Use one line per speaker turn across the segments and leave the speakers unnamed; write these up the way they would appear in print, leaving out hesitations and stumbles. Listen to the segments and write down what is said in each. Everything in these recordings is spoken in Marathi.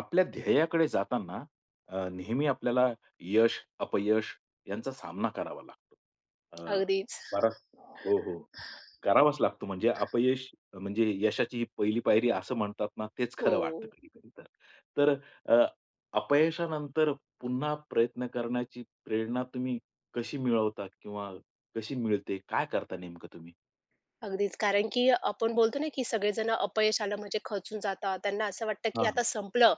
आपल्या ध्येयाकडे जाताना नेहमी आपल्याला यश, अपयश यांचा सामना करावा लागतो. अ,
अगदीच.
बराच हो, हो. करावाच लागतो म्हणजे अपयश म्हणजे यशाची ही पहिली पायरी असं म्हणतात ना, तेच
हो.
खरं वाटतं कधी-कधी तर. तर अ, अपयशानंतर पुन्हा प्रयत्न करण्याची प्रेरणा तुम्ही कशी मिळवता किंवा कशी मिळते? काय करता नेमकं तुम्ही?
अगदीच. कारण की आपण बोलतो ना, की सगळेजण अपयश आलं म्हणजे खचून जातात. त्यांना असं वाटतं, की आता
हां.
संपलं.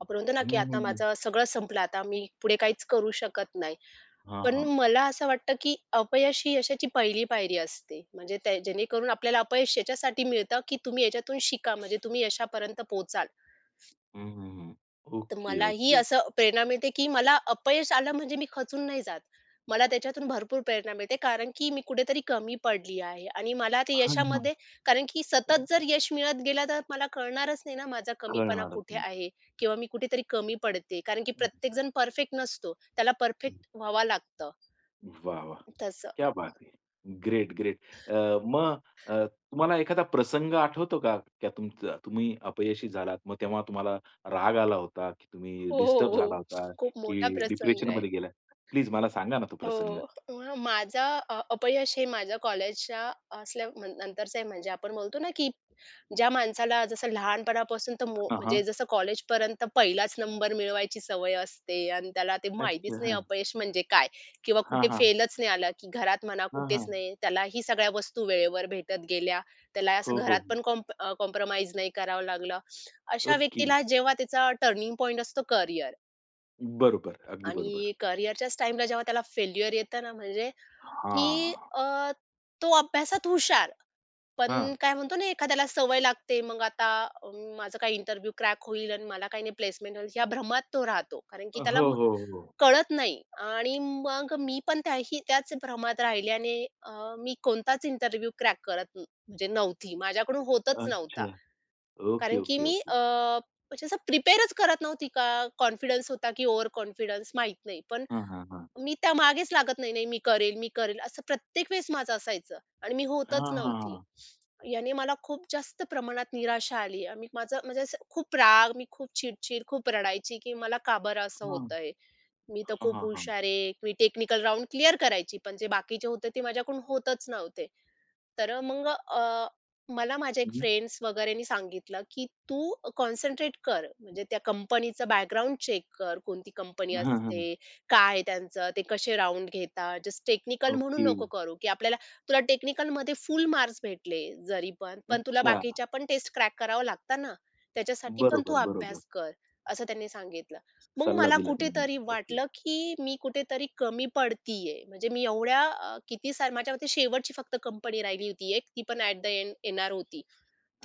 आपण म्हणतो ना,
हं,
की आता
हं, हं.
माझं सगळं संपलं. आता मी पुढे काहीच करू शकत नाही.
हां,
पण
हां.
मला असं वाटतं, की अपयश ही यशाची पहिली पायरी असते. म्हणजे त्या जेणेकरून आपल्याला अपयश याच्यासाठी मिळतं, की तुम्ही याच्यातून शिका. म्हणजे तुम्ही यशापर्यंत पोहोचाल.
हं, हं, हं.
तर
ओके,
मलाही
ओके.
असं प्रेरणा मिळते, की मला अपयश आलं म्हणजे मी खचून नाही जात. मला त्याच्यातून भरपूर प्रेरणा मिळते, कारण की मी कुठेतरी कमी पडली आहे आणि मला ते
हां, हां.
यशामध्ये कारण की सतत जर यश मिळत गेलं, तर मला कळणारच नाही ना माझा कमीपणा
कळणारच
कुठे
नाही.
आहे किंवा मी कुठेतरी कमी पडते. कारण की
हं,
प्रत्येकजण परफेक्ट नसतो. त्याला
हं.
परफेक्ट व्हावं लागतं तसं.
क्या बात है! Great, great. अ, मग अ, तुम्हाला एखादा प्रसंग आठवतो का? का तुमचं तुम्ही अपयशी झालात, मग तेव्हा तुम्हाला राग आला होता, की तुम्ही
हो, हो,
डिस्टर्ब झाला
हो.
होता,
खूप मोठा
की
प्रसंग आहे.
डिप्रेशनमध्ये गेला? प्लीज मला सांगा ना तो प्रसंग.
हो. मग माझा अपयश हे माझ्या कॉलेजच्या असल्या नंतरचं आहे. म्हणजे आपण बोलतो ना, की ज्या माणसाला जसं लहानपणापासून तर
हां,
म्हणजे
हां.
जसं कॉलेजपर्यंत पहिलाच नंबर मिळवायची सवय असते आणि त्याला ते माहितीच
अच्छा.
नाही
हां.
अपयश म्हणजे काय? किंवा
हां,
कुठे
हां.
फेलच नाही आलं, की घरात म्हणा
हां,
कुठेच
हां.
नाही. त्याला ही सगळ्या वस्तू वेळेवर भेटत गेल्या. त्याला
हो,
असं घरात
हो.
पण नाही करावं लागलं. अशा
ओके.
व्यक्तीला जेव्हा त्याचा टर्निंग पॉइंट असतो करियर
बरोबर. अगदी बरोबर.
आणि करियरच्याच टाईमला जेव्हा त्याला फेल्युअर येतं ना, म्हणजे
हां.
की तो अभ्यासात हुशार, पण
हां.
काय म्हणतो ना, एखाद्याला सवय लागते. मग आता अ, माझा काही इंटरव्ह्यू क्रॅक होईल आणि मला काही नाही प्लेसमेंट होईल, ह्या भ्रमात तो राहतो. कारण की त्याला
हो,
मग
हो, हो.
कळत नाही आणि मग मी पण त्याही त्याच भ्रमात राहिले आणि मी कोणताच इंटरव्ह्यू क्रॅक करत म्हणजे नव्हती. माझ्याकडून होतच नव्हता.
अच्छा. ओके,
कारण की
ओके,
मी
ओके.
म्हणजे असं प्रिपेअरच करत नव्हती का कॉन्फिडन्स होता की ओव्हर कॉन्फिडन्स माहीत नाही. पण
हां, हां, हां.
मी त्या मागेच लागत नाही, "नाही, मी करेल, मी करेल." असं प्रत्येक वेळेस माझं असायचं आणि मी होतच
हां,
नव्हती.
हां,
याने मला खूप जास्त प्रमाणात निराशा आली आणि माझं म्हणजे असं खूप राग, मी खूप चिडचिड, खूप रडायची की मला का बरं असं
हां.
होतंय? मी तर
हां,
खूप
हां, हां.
हुशार आहे. मी टेक्निकल राउंड क्लिअर करायची, पण जे बाकीचे होते ते माझ्याकडून होतच नव्हते. तर मग मला माझ्या एक
हं.
फ्रेंड्स वगैरेनी सांगितलं, की "तू कॉन्सन्ट्रेट कर, म्हणजे त्या कंपनीचं बॅकग्राऊंड चेक कर. कोणती कंपनी
हां, हां.
असते? काय आहे त्यांचं? ते कसे राउंड घेतात? जस्ट टेक्निकल म्हणून
ओके.
नको करू, की आपल्याला तुला टेक्निकलमध्ये फुल मार्क्स भेटले जरी पण, पण तुला
अच्छा.
बाकीच्या पण टेस्ट क्रॅक करावं लागतात ना, त्याच्यासाठी पण तू
बरोबर, बरोबर.
अभ्यास कर." असं त्यांनी सांगितलं. मग
सल्ला
मला
दिला त्यांनी.
कुठेतरी
ओके.
वाटलं, की मी कुठेतरी कमी पडतीये. म्हणजे मी एवढ्या किती सार माझ्या मते शेवटची फक्त कंपनी राहिली होती एक, ती पण ॲट द एंड येणार होती.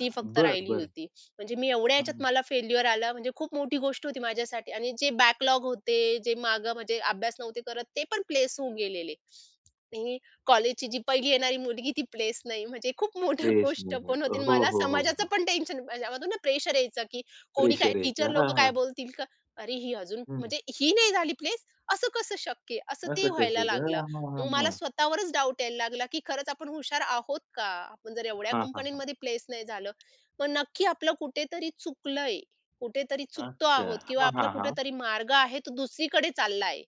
ती फक्त
बरं,
राहिली
बरं.
होती. म्हणजे मी एवढ्या ह्याच्यात
हां.
मला फेल्युअर आलं म्हणजे खूप मोठी गोष्ट होती माझ्यासाठी आणि जे बॅकलॉग होते, जे मागं म्हणजे अभ्यास नव्हते करत ते पण प्लेस होऊन गेलेले. आणि कॉलेजची जी पहिली येणारी मुलगी ती प्लेस नाही म्हणजे खूप मोठी
प्लेस
गोष्ट
नाही.
पण
हो,
होती आणि मला
हो, हो,
समाजाचं
हो.
पण टेन्शन माझ्यामधून ना प्रेशर यायचं, की कोणी काय
प्रेशर
टीचर
यायचं. हां,
लोकं काय
हां.
बोलतील का? अरे ही अजून
हं.
म्हणजे ही नाही झाली प्लेस, असं कसं शक्य आहे? असं ते
असं
व्हायला
कसं गं?
लागलं.
हां, हां,
मग
हां,
मला
हां.
स्वतःवरच डाऊट यायला लागला, की खरंच आपण हुशार आहोत का? आपण जर एवढ्या
हां, हां, हां.
कंपन्यांमध्ये प्लेस नाही झालं, मग नक्की आपलं कुठेतरी चुकलंय. कुठेतरी चुकतो
अच्छा.
आहोत किंवा
हां,
आपला
हां, हां.
कुठेतरी मार्ग आहे तो दुसरीकडे चालला आहे.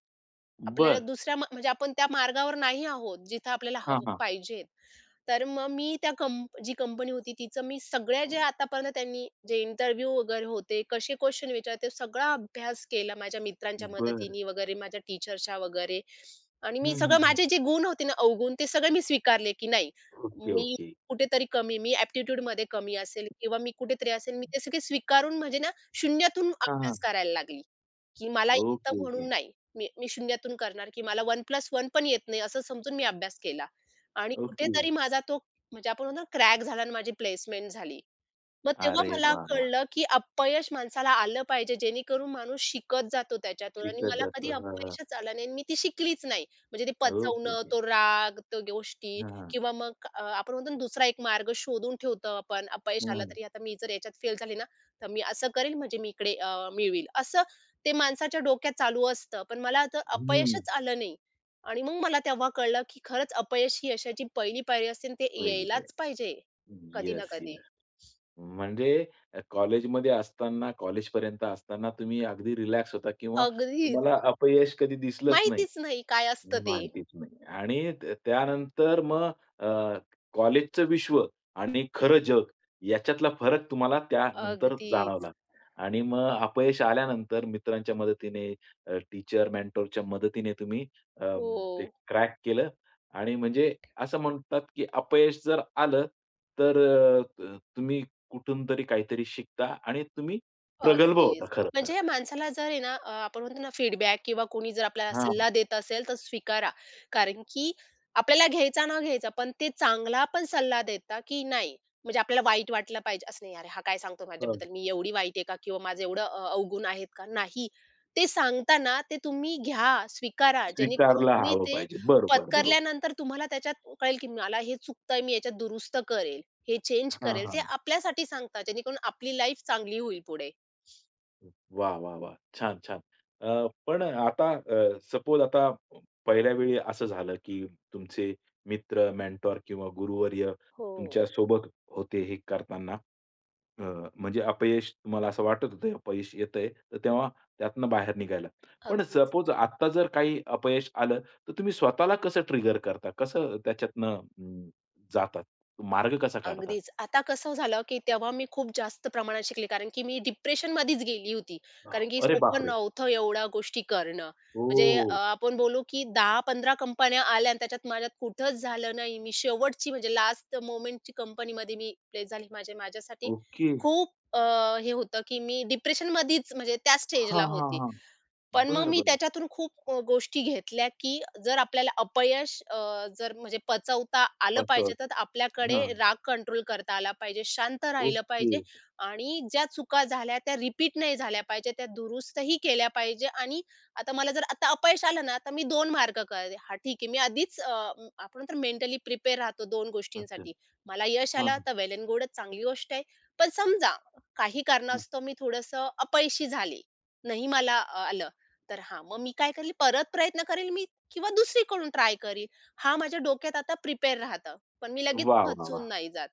आपल्याला
बरं.
दुसऱ्या म्हणजे आपण त्या मार्गावर नाही आहोत, जिथं आपल्याला
हां,
हवं
हां.
पाहिजेत. तर मग मी त्या जी कंपनी होती तिचं मी सगळ्या जे आतापर्यंत त्यांनी जे इंटरव्ह्यू वगैरे होते, कसे क्वेशन विचारते सगळा अभ्यास केला माझ्या मित्रांच्या
बरं.
मदतीने वगैरे, माझ्या टीचर्सच्या वगैरे आणि
हं,
मी
हं,
सगळं
हं.
माझे जे गुण होते ना अवगुण ते सगळे मी स्वीकारले, की नाही
ओके,
मी
ओके.
कुठेतरी कमी मी एप्टिट्यूडमध्ये कमी असेल किंवा मी कुठेतरी असेल मी ते सगळे स्वीकारून म्हणजे ना शून्यातून
हां, हां.
अभ्यास करायला लागली, की मला येतं
ओके,
म्हणून
ओके.
नाही. मी मी शून्यातून करणार, की मला 1+1 पण येत नाही असं समजून मी अभ्यास केला. आणि
ओके.
कुठेतरी माझा तो म्हणजे आपण म्हणतो ना क्रॅक झाला आणि माझी प्लेसमेंट झाली. मग तेव्हा
अरे
मला
वाह, वाह!
कळलं, की अपयश माणसाला आलं पाहिजे, जेणेकरून माणूस शिकत जातो त्याच्यातून आणि
शिकत
मला कधी
जातो. हां, हां.
अपयशच आलं नाही आणि मी ती शिकलीच नाही. म्हणजे ते
ओके,
पचवणं,
ओके.
तो राग, तो गोष्टी
हां, हां.
किंवा मग आपण म्हणतो ना दुसरा एक मार्ग शोधून ठेवतो आपण. अपयश
हां,
आलं
हां.
तरी आता मी जर याच्यात फेल झाले ना, तर मी असं करेल म्हणजे मी इकडे मिळवील. असं ते माणसाच्या डोक्यात चालू असतं. पण मला तर
हं.
अपयशच आलं नाही आणि मग मला तेव्हा कळलं, की खरंच अपयश ही यशाची पहिली पायरी असते आणि ते
पहिली ते.
यायलाच पाहिजे, कधी ना
येस,
कधी.
येस. म्हणजे कॉलेजमध्ये असताना, कॉलेजपर्यंत असताना तुम्ही अगदी रिलॅक्स होता किंवा तुम्हाला
अगदीच.
अपयश कधी दिसलंच नाही.
माहितीच नाही काय असतं ते.
माहितीच नाही. आणि त्यानंतर मग अ, कॉलेजचं विश्व आणि खरं जग याच्यातला फरक तुम्हाला त्यानंतर
अगदीच.
जाणवला. आणि मग अपयश आल्यानंतर मित्रांच्या मदतीने, टीचर, मेंटॉरच्या मदतीने तुम्ही अ,
हो.
ते क्रॅक केलं आणि म्हणजे असं म्हणतात, की अपयश जर आलं, तर तुम्ही कुठून तरी काहीतरी शिकता आणि तुम्ही प्रगल्भ
अगदीच.
होता खरं तर.
म्हणजे या माणसाला जर आहे ना, आपण म्हणतो ना फीडबॅक किंवा कोणी जर आपल्याला
हां,
सल्ला देत असेल तर स्वीकारा. कारण की आपल्याला घ्यायचा न घ्यायचा, पण ते चांगला पण सल्ला देता की नाही. म्हणजे आपल्याला वाईट वाटलं पाहिजे असं नाही, "अरे हा काय सांगतो माझ्याबद्दल? मी एवढी वाईट आहे का? किंवा माझं एवढं अवगुण आहेत का?" नाही. ते सांगताना ते तुम्ही घ्या, स्वीकारा. जेणेकरून
स्वीकारला
तुम्ही
हवं
ते
पाहिजे. बरोबर, बरोबर.
पत्करल्यानंतर तुम्हाला त्याच्यात कळेल की मला हे चुकतंय, मी याच्यात दुरुस्त करेल, हे चेंज
हां,
करेल. ते
हां.
आपल्यासाठी सांगतात जेणेकरून आपली लाईफ चांगली होईल पुढे.
वाह! वाह! वाह! छान, छान. पण आता सपोज आता पहिल्या वेळी असं झालं, की तुमचे मित्र, मेंटॉर किंवा गुरुवर्य
हो.
तुमच्या सोबत होते हे करताना. अ, म्हणजे अपयश तुम्हाला असं वाटत होतं, अपयश येतंय, तर तेव्हा त्यातनं बाहेर निघायला. पण
अगदीच,
सपोज आत्ता जर काही अपयश आलं, तर तुम्ही स्वतःला कसं ट्रिगर करता? कसं त्याच्यातनं जातात? मार्ग कसा काढता?
अगदीच. आता कसं झालं, की तेव्हा मी खूप जास्त प्रमाणात शिकले, कारण की मी डिप्रेशनमध्येच गेली होती. कारण की
अरे
सोपं
बापरे!
नव्हतं एवढ्या गोष्टी करणं. म्हणजे
ओह!
आपण बोलू, की 10-15 कंपन्या आल्या आणि त्याच्यात माझ्यात कुठंच झालं नाही. मी शेवटची म्हणजे लास्ट मोमेंटची कंपनीमध्ये मी प्लेस झाली. म्हणजे माझ्यासाठी
ओके.
खूप हे होतं, की मी डिप्रेशनमध्येच म्हणजे त्या स्टेजला
हां, हां,
होते.
हां.
पण मग
बरं,
मी
बरं.
त्याच्यातून खूप गोष्टी घेतल्या, की जर आपल्याला जर म्हणजे पचवता आलं पाहिजे,
पतंग.
तर आपल्याकडे
हां.
राग कंट्रोल करता आला पाहिजे, शांत राहिलं
ओके.
पाहिजे आणि ज्या चुका झाल्या त्या रिपीट नाही झाल्या पाहिजे, त्या दुरुस्तही केल्या पाहिजे आणि आता मला जर आता अपयश आलं ना, तर मी 2 मार्ग कळले. हां, ठीक आहे. मी आधीच आपण म्हणतो मेंटली प्रिपेअर राहतो 2
अच्छा.
गोष्टींसाठी. मला यश
हां,
आलं
हां,
तर वेल एंड गुड, चांगली गोष्ट आहे. पण समजा काही कारणास्तव मी थोडंसं अपयशी झाले, नाही मला आलं, तर हां, मग मी काय करेल परत प्रयत्न करेल मी किंवा दुसरीकडून ट्राय करील. हा माझ्या डोक्यात आता प्रिपेअर राहतं. पण मी लगेच
वाह, वाह, वाह!
खचून नाही जात.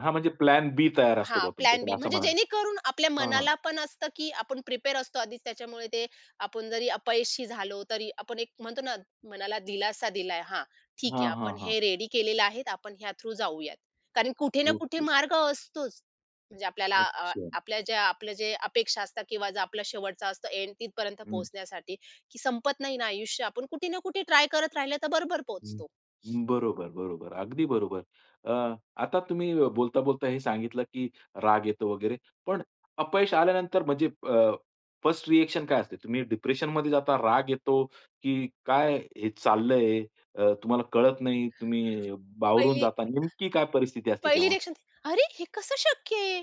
हां, म्हणजे प्लॅन बी तयार असतो
हां,
बुवा
प्लॅन बी.
तुमच्याकडे असं
म्हणजे
म्हणाल.
जेणेकरून आपल्या
हां, हां.
मनाला पण असतं, की आपण प्रिपेअर असतो आधीच. त्याच्यामुळे ते आपण जरी अपयशी झालो, तरी आपण एक म्हणतो ना, मनाला दिलासा दिलाय. हां, ठीक आहे.
हां,
आपण
हां,
हे रेडी केलेलं आहे. आपण ह्या थ्रू जाऊयात. कारण कुठे ना कुठे
ओके.
मार्ग असतोच. म्हणजे आपल्याला
अच्छा.
आपल्या ज्या आपल्या जे अपेक्षा असतात किंवा जो आपला शेवटचा असतो एंड तिथपर्यंत पोहोचण्यासाठी, की संपत नाही ना आयुष्य. आपण कुठे ना कुठे ट्राय करत राहिलं तर बरोबर
हं.
पोहोचतो.
बरोबर, बरोबर. अगदी बरोबर. अ, आता तुम्ही बोलता-बोलता हे सांगितलं, की राग येतो वगैरे. पण अपयश आल्यानंतर म्हणजे फर्स्ट रिएक्शन काय असते? तुम्ही डिप्रेशनमध्ये जाता, राग येतो, की काय हे चाललंय? तुम्हाला कळत नाही, तुम्ही बावरून
पहिली
जाता. नेमकी काय परिस्थिती असते
पहिली
तेव्हा?
रिएक्शन ती, "अरे! हे कसं शक्य आहे?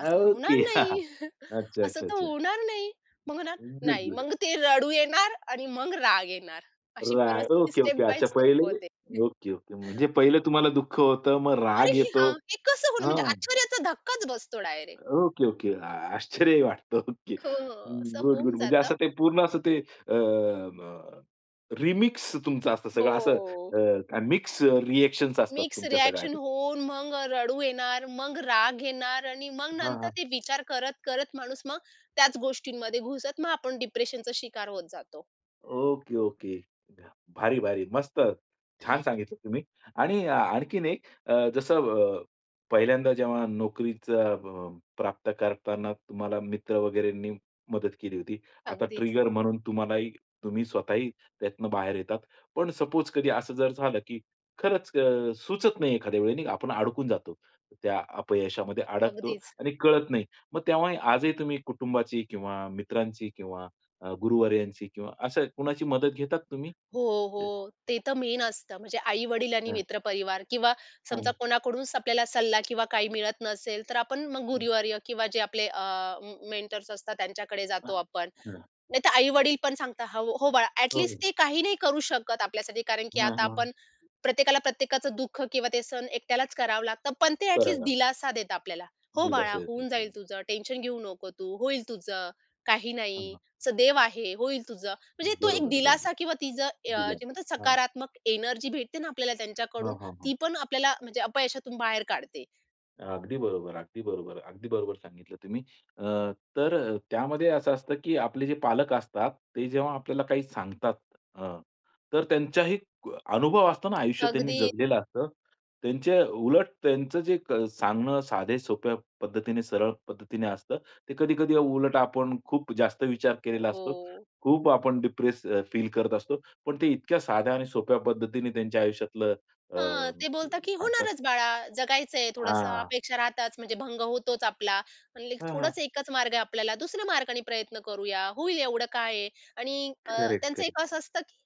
असं तर
ओके.
होणार
हा,
नाही.
हा. अच्छा,
असं
अच्छा,
तर
अच्छा.
होणार नाही." मग होणार
गुड,
नाही.
गुड.
मग ते रडू येणार आणि मग राग येणार. अशी
राइट.
परिस्थिती
ओके,
स्टेप
ओके.
बाय
अच्छा
स्टेप
पहिले
होते.
Okay, okay. म्हणजे पहिलं तुम्हाला दुःख होतं, मग
अरे!
राग येतो.
हां, हे कसं होणार? म्हणजे
हां.
आश्चर्याचा धक्काच बसतो डायरेक्ट.
Okay, okay. आश्चर्यही वाटतं. ओके.
हं, असं
गुड,
होऊन
गुड. म्हणजे
जातं.
असं ते पूर्ण असं ते रिमिक्स तुमचं असतं सगळं असं
हो.
काय मिक्स रिएक्शन्स असतात
मिक्स
तुमच्या सगळ्या.
रिएक्शन होऊन मग रडू येणार, मग राग येणार आणि मग नंतर
हां,
ते विचार करत, करत माणूस मग त्याच गोष्टींमध्ये घुसत मग आपण डिप्रेशनचा शिकार होत जातो.
Okay, okay. भारी, भारी. मस्त. छान सांगितलं तुम्ही. आणि आणखीन एक जसं अ, पहिल्यांदा जेव्हा नोकरीचा प्राप्त करताना तुम्हाला मित्र वगैरेंनी मदत केली होती. आता
अगदीच.
ट्रिगर म्हणून तुम्हालाही तुम्ही स्वतःही त्यातनं बाहेर येतात. पण सपोज कधी असं जर झालं, की खरंच सुचत नाही एखाद्या वेळेने आपण अडकून जातो. त्या अपयशामध्ये अडकतो
अगदीच.
आणि कळत नाही. मग तेव्हाही आजही तुम्ही कुटुंबाची किंवा मित्रांची किंवा गुरुवर्यांची किंवा असं कुणाची मदत घेतात तुम्ही?
हो, हो. ते तर मेन असतं. म्हणजे आई-वडील आणि
हां,
मित्रपरिवार किंवा समजा
हां.
कोणाकडूनच आपल्याला सल्ला किंवा काही मिळत नसेल, तर आपण मग
हं.
गुरुवर्य किंवा जे आपले अ, म मेंटर्स असतात त्यांच्याकडे जातो
हां.
आपण. नाहीतर आई-वडील पण सांगतात, "हो, हो बाळा."
हो, हो.
ॲटलीस्ट ते काही नाही करू शकत आपल्यासाठी कारण की
हां,
आता
हां.
आपण प्रत्येकाला प्रत्येकाचं दुःख किंवा ते सण एकट्यालाच करावं लागतं. पण ते ॲटलीस्ट
करावा.
दिलासा देतात आपल्याला. "हो
बिल
बाळा,
असं
होऊन जाईल तुझं. टेन्शन घेऊ नको तू. होईल तुझं. काही
हां,
नाही.
हां.
असं देव आहे. होईल तुझं." म्हणजे तो एक
बरोबर, बरोबर.
दिलासा किंवा तिचं
बिल.
जे म्हणतात
हां.
सकारात्मक एनर्जी भेटते ना आपल्याला त्यांच्याकडून,
हां, हां, हां.
ती पण आपल्याला म्हणजे अपयशातून बाहेर काढते.
अगदी बरोबर, अगदी बरोबर, अगदी बरोबर सांगितलं तुम्ही. अ, तर त्यामध्ये असं असतं, की आपले जे पालक असतात, ते जेव्हा आपल्याला काही सांगतात अ, तर त्यांचाही अनुभव असतो ना आयुष्य त्यांनी
अगदी
जगलेलं असतं. त्यांचे उलट त्यांचं जे क सांगणं साधे, सोप्या पद्धतीने, सरळ पद्धतीने असतं. ते कधी-कधी उलट आपण खूप जास्त विचार केलेला असतो.
हो.
खूप आपण डिप्रेस फील करत असतो. पण ते इतक्या साध्या आणि सोप्या पद्धतीने त्यांच्या आयुष्यातलं अ,
हां, ते बोलतात की
सांगतात.
"होणारच बाळा, जगायचंय थोडंसं
हां.
अपेक्षा राहतात म्हणजे भंग होतोच आपला. म्हणले
हां, हां.
थोडंच एकच मार्ग आहे आपल्याला, दुसऱ्या मार्गाने प्रयत्न करूया, होईल एवढं काय आहे." आणि अ,
करेक्ट,
त्यांचं एक
करेक्ट.
असं असतं की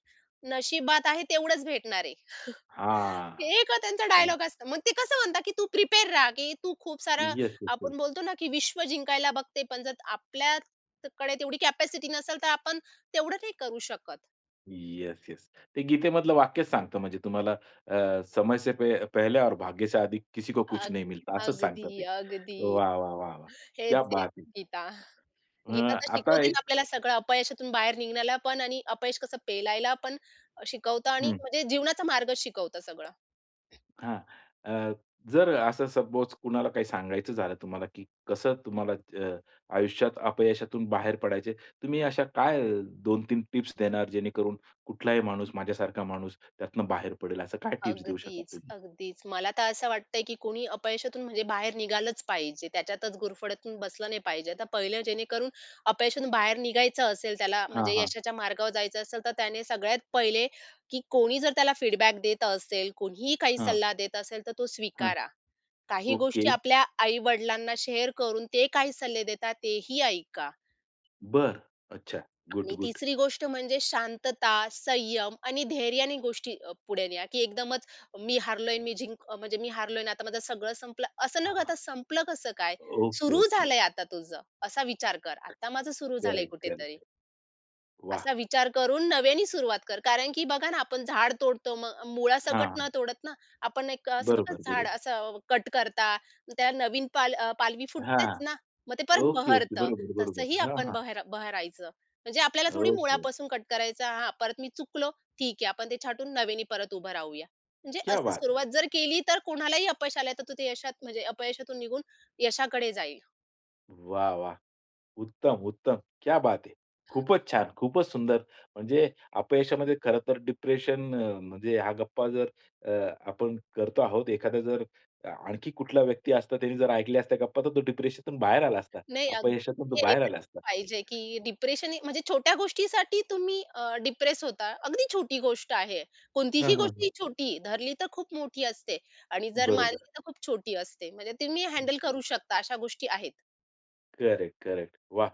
"नशिबात आहे तेवढंच भेटणार आहे."
हां.
हे एक त्यांचा
हां.
डायलॉग असतो. मग ते कसं म्हणतात की "तू प्रिपेअर राहा, की तू खूप सारं"
येस, येस, येस.
आपण बोलतो ना की विश्व जिंकायला बघते, पण जर आपल्याकडे तेवढी कॅपॅसिटी नसेल तर आपण तेवढं नाही करू शकत.
Yes, yes. ते गीतेमधलं वाक्यच सांगतं म्हणजे तुम्हाला समय से पे पहले और भाग्य से अधिक किसी को कुछ
अग
नहीं मिलता असंच
अगदी,
सांगतं ते.
अगदी.
वाह, वाह, वाह, वाह!
हेच,
क्या
हेच
बात है!
गीता.
अ,
गीता तर
आता
शिकवते ना
एक
आपल्याला सगळं अपयशातून बाहेर निघण्याला पण आणि अपयश कसं पेलायला पण शिकवतं आणि म्हणजे जीवनाचा मार्गच शिकवतं सगळं.
हां. अ, जर असं सपोज कुणाला काही सांगायचं झालं तुम्हाला, की कसं तुम्हाला अ, आयुष्यात अपयशातून बाहेर पडायचे, तुम्ही अशा काय 2-3 टिप्स देणार जेणेकरून कुठलाही माणूस, माझ्यासारखा माणूस त्यातनं बाहेर पडेल, असं काय टिप्स देऊ शकाल
अगदीच,
तुम्ही?
अगदीच. मला तर असं वाटतंय, की कोणी अपयशातून म्हणजे बाहेर निघालंच पाहिजे. त्याच्यातच गुरफटून बसलं नाही पाहिजे. आता पहिलं जेणेकरून अपयशातून बाहेर निघायचं असेल, त्याला
हां,
म्हणजे
हां.
यशाच्या मार्गावर जायचं असेल, तर त्याने सगळ्यात पहिले, की कोणी जर त्याला फीडबॅक देत असेल, कोणीही काही
हां,
सल्ला देत असेल, तर तो
हां.
स्वीकारा. काही
ओके.
गोष्टी आपल्या आई-वडिलांना शेअर करून ते काही सल्ले देतात तेही ऐका.
बरं. अच्छा. गुड,
आणि
गुड.
तिसरी गोष्ट म्हणजे शांतता, संयम आणि धैर्याने गोष्टी पुढे न्या, की एकदमच मी हारलोय, म्हणजे मी हारलोय ना, आता माझं सगळं संपलं, असं न
हां.
करता संपलं कसं काय?
ओके,
सुरू
ओके.
झालंय आता तुझं, असा विचार कर. आता माझं सुरू झालंय
करेक्ट,
कुठेतरी.
करेक्ट. वाह!
असा विचार करून नव्याने सुरुवात कर. कारण की बघा ना, आपण झाड तोडतो, मग मुळासकट
हां,
न
हां.
तोडत ना, आपण एक असं बघा
बरोबर,
झाड
बरोबर.
असं कट करता, त्याला नवीन पालवी
हां.
फुटतेच ना, मग ते परत
ओके, ओके.
बहरतं.
बरोबर, बरोबर.
तसंही
हां,
आपण
हां.
बहरा बहरायचं. म्हणजे आपल्याला थोडी
ओके.
मुळापासून कट करायचा, "हां, परत मी चुकलो, ठीक आहे, आपण ते छाटून नव्याने परत उभं राहूया." म्हणजे
क्या
असं
बात है!
सुरुवात जर केली, तर कोणालाही अपयश आलं, तर तो ते यशात म्हणजे अपयशातून निघून यशाकडे जाईल.
वाह, वाह! उत्तम, उत्तम. क्या बात है! खूपच छान, खूपच सुंदर. म्हणजे अपयशामध्ये खरं तर डिप्रेशन म्हणजे हा गप्पा जर अ, आपण करतो आहोत, एखादा जर आणखी कुठला व्यक्ती असता, त्याने जर ऐकल्या असत्या गप्पा, तर तो डिप्रेशनतून बाहेर आला असता.
नाही अगदी
अपयशातून तो बाहेर
यायलाच
आला असता.
पाहिजे, की डिप्रेशन ही म्हणजे छोट्या गोष्टीसाठी तुम्ही डिप्रेस होता. अगदी छोटी गोष्ट आहे.
हां,
कोणतीही
हां,
गोष्ट
हां.
ही छोटी धरली तर खूप मोठी असते आणि जर मानली
बरोबर.
तर खूप छोटी असते. म्हणजे तुम्ही हँडल करू शकता. अशा गोष्टी आहेत.
Correct, correct. वाह!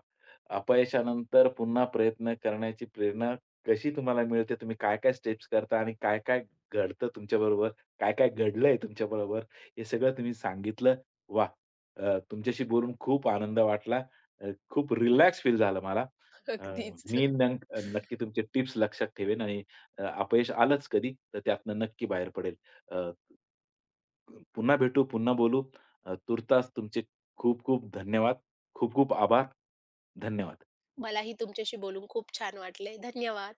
अपयशानंतर पुन्हा प्रयत्न करण्याची प्रेरणा कशी तुम्हाला मिळते? तुम्ही काय-काय स्टेप्स करता आणि काय-काय घडतं तुमच्याबरोबर? काय-काय घडलंय तुमच्याबरोबर? हे सगळं तुम्ही सांगितलं. वाह! तुमच्याशी बोलून खूप आनंद वाटला. खूप रिलॅक्स फील झालं मला. अ,
अगदीच.
मी नक्की तुमचे टिप्स लक्षात ठेवेन आणि अपयश आलंच कधी, तर त्यातनं नक्की बाहेर पडेल. अ, पुन्हा भेटू, पुन्हा बोलू. तूर्तास तुमचे खूप-खूप धन्यवाद. खूप खूप आभार. धन्यवाद.
मलाही तुमच्याशी बोलून खूप छान वाटले. धन्यवाद.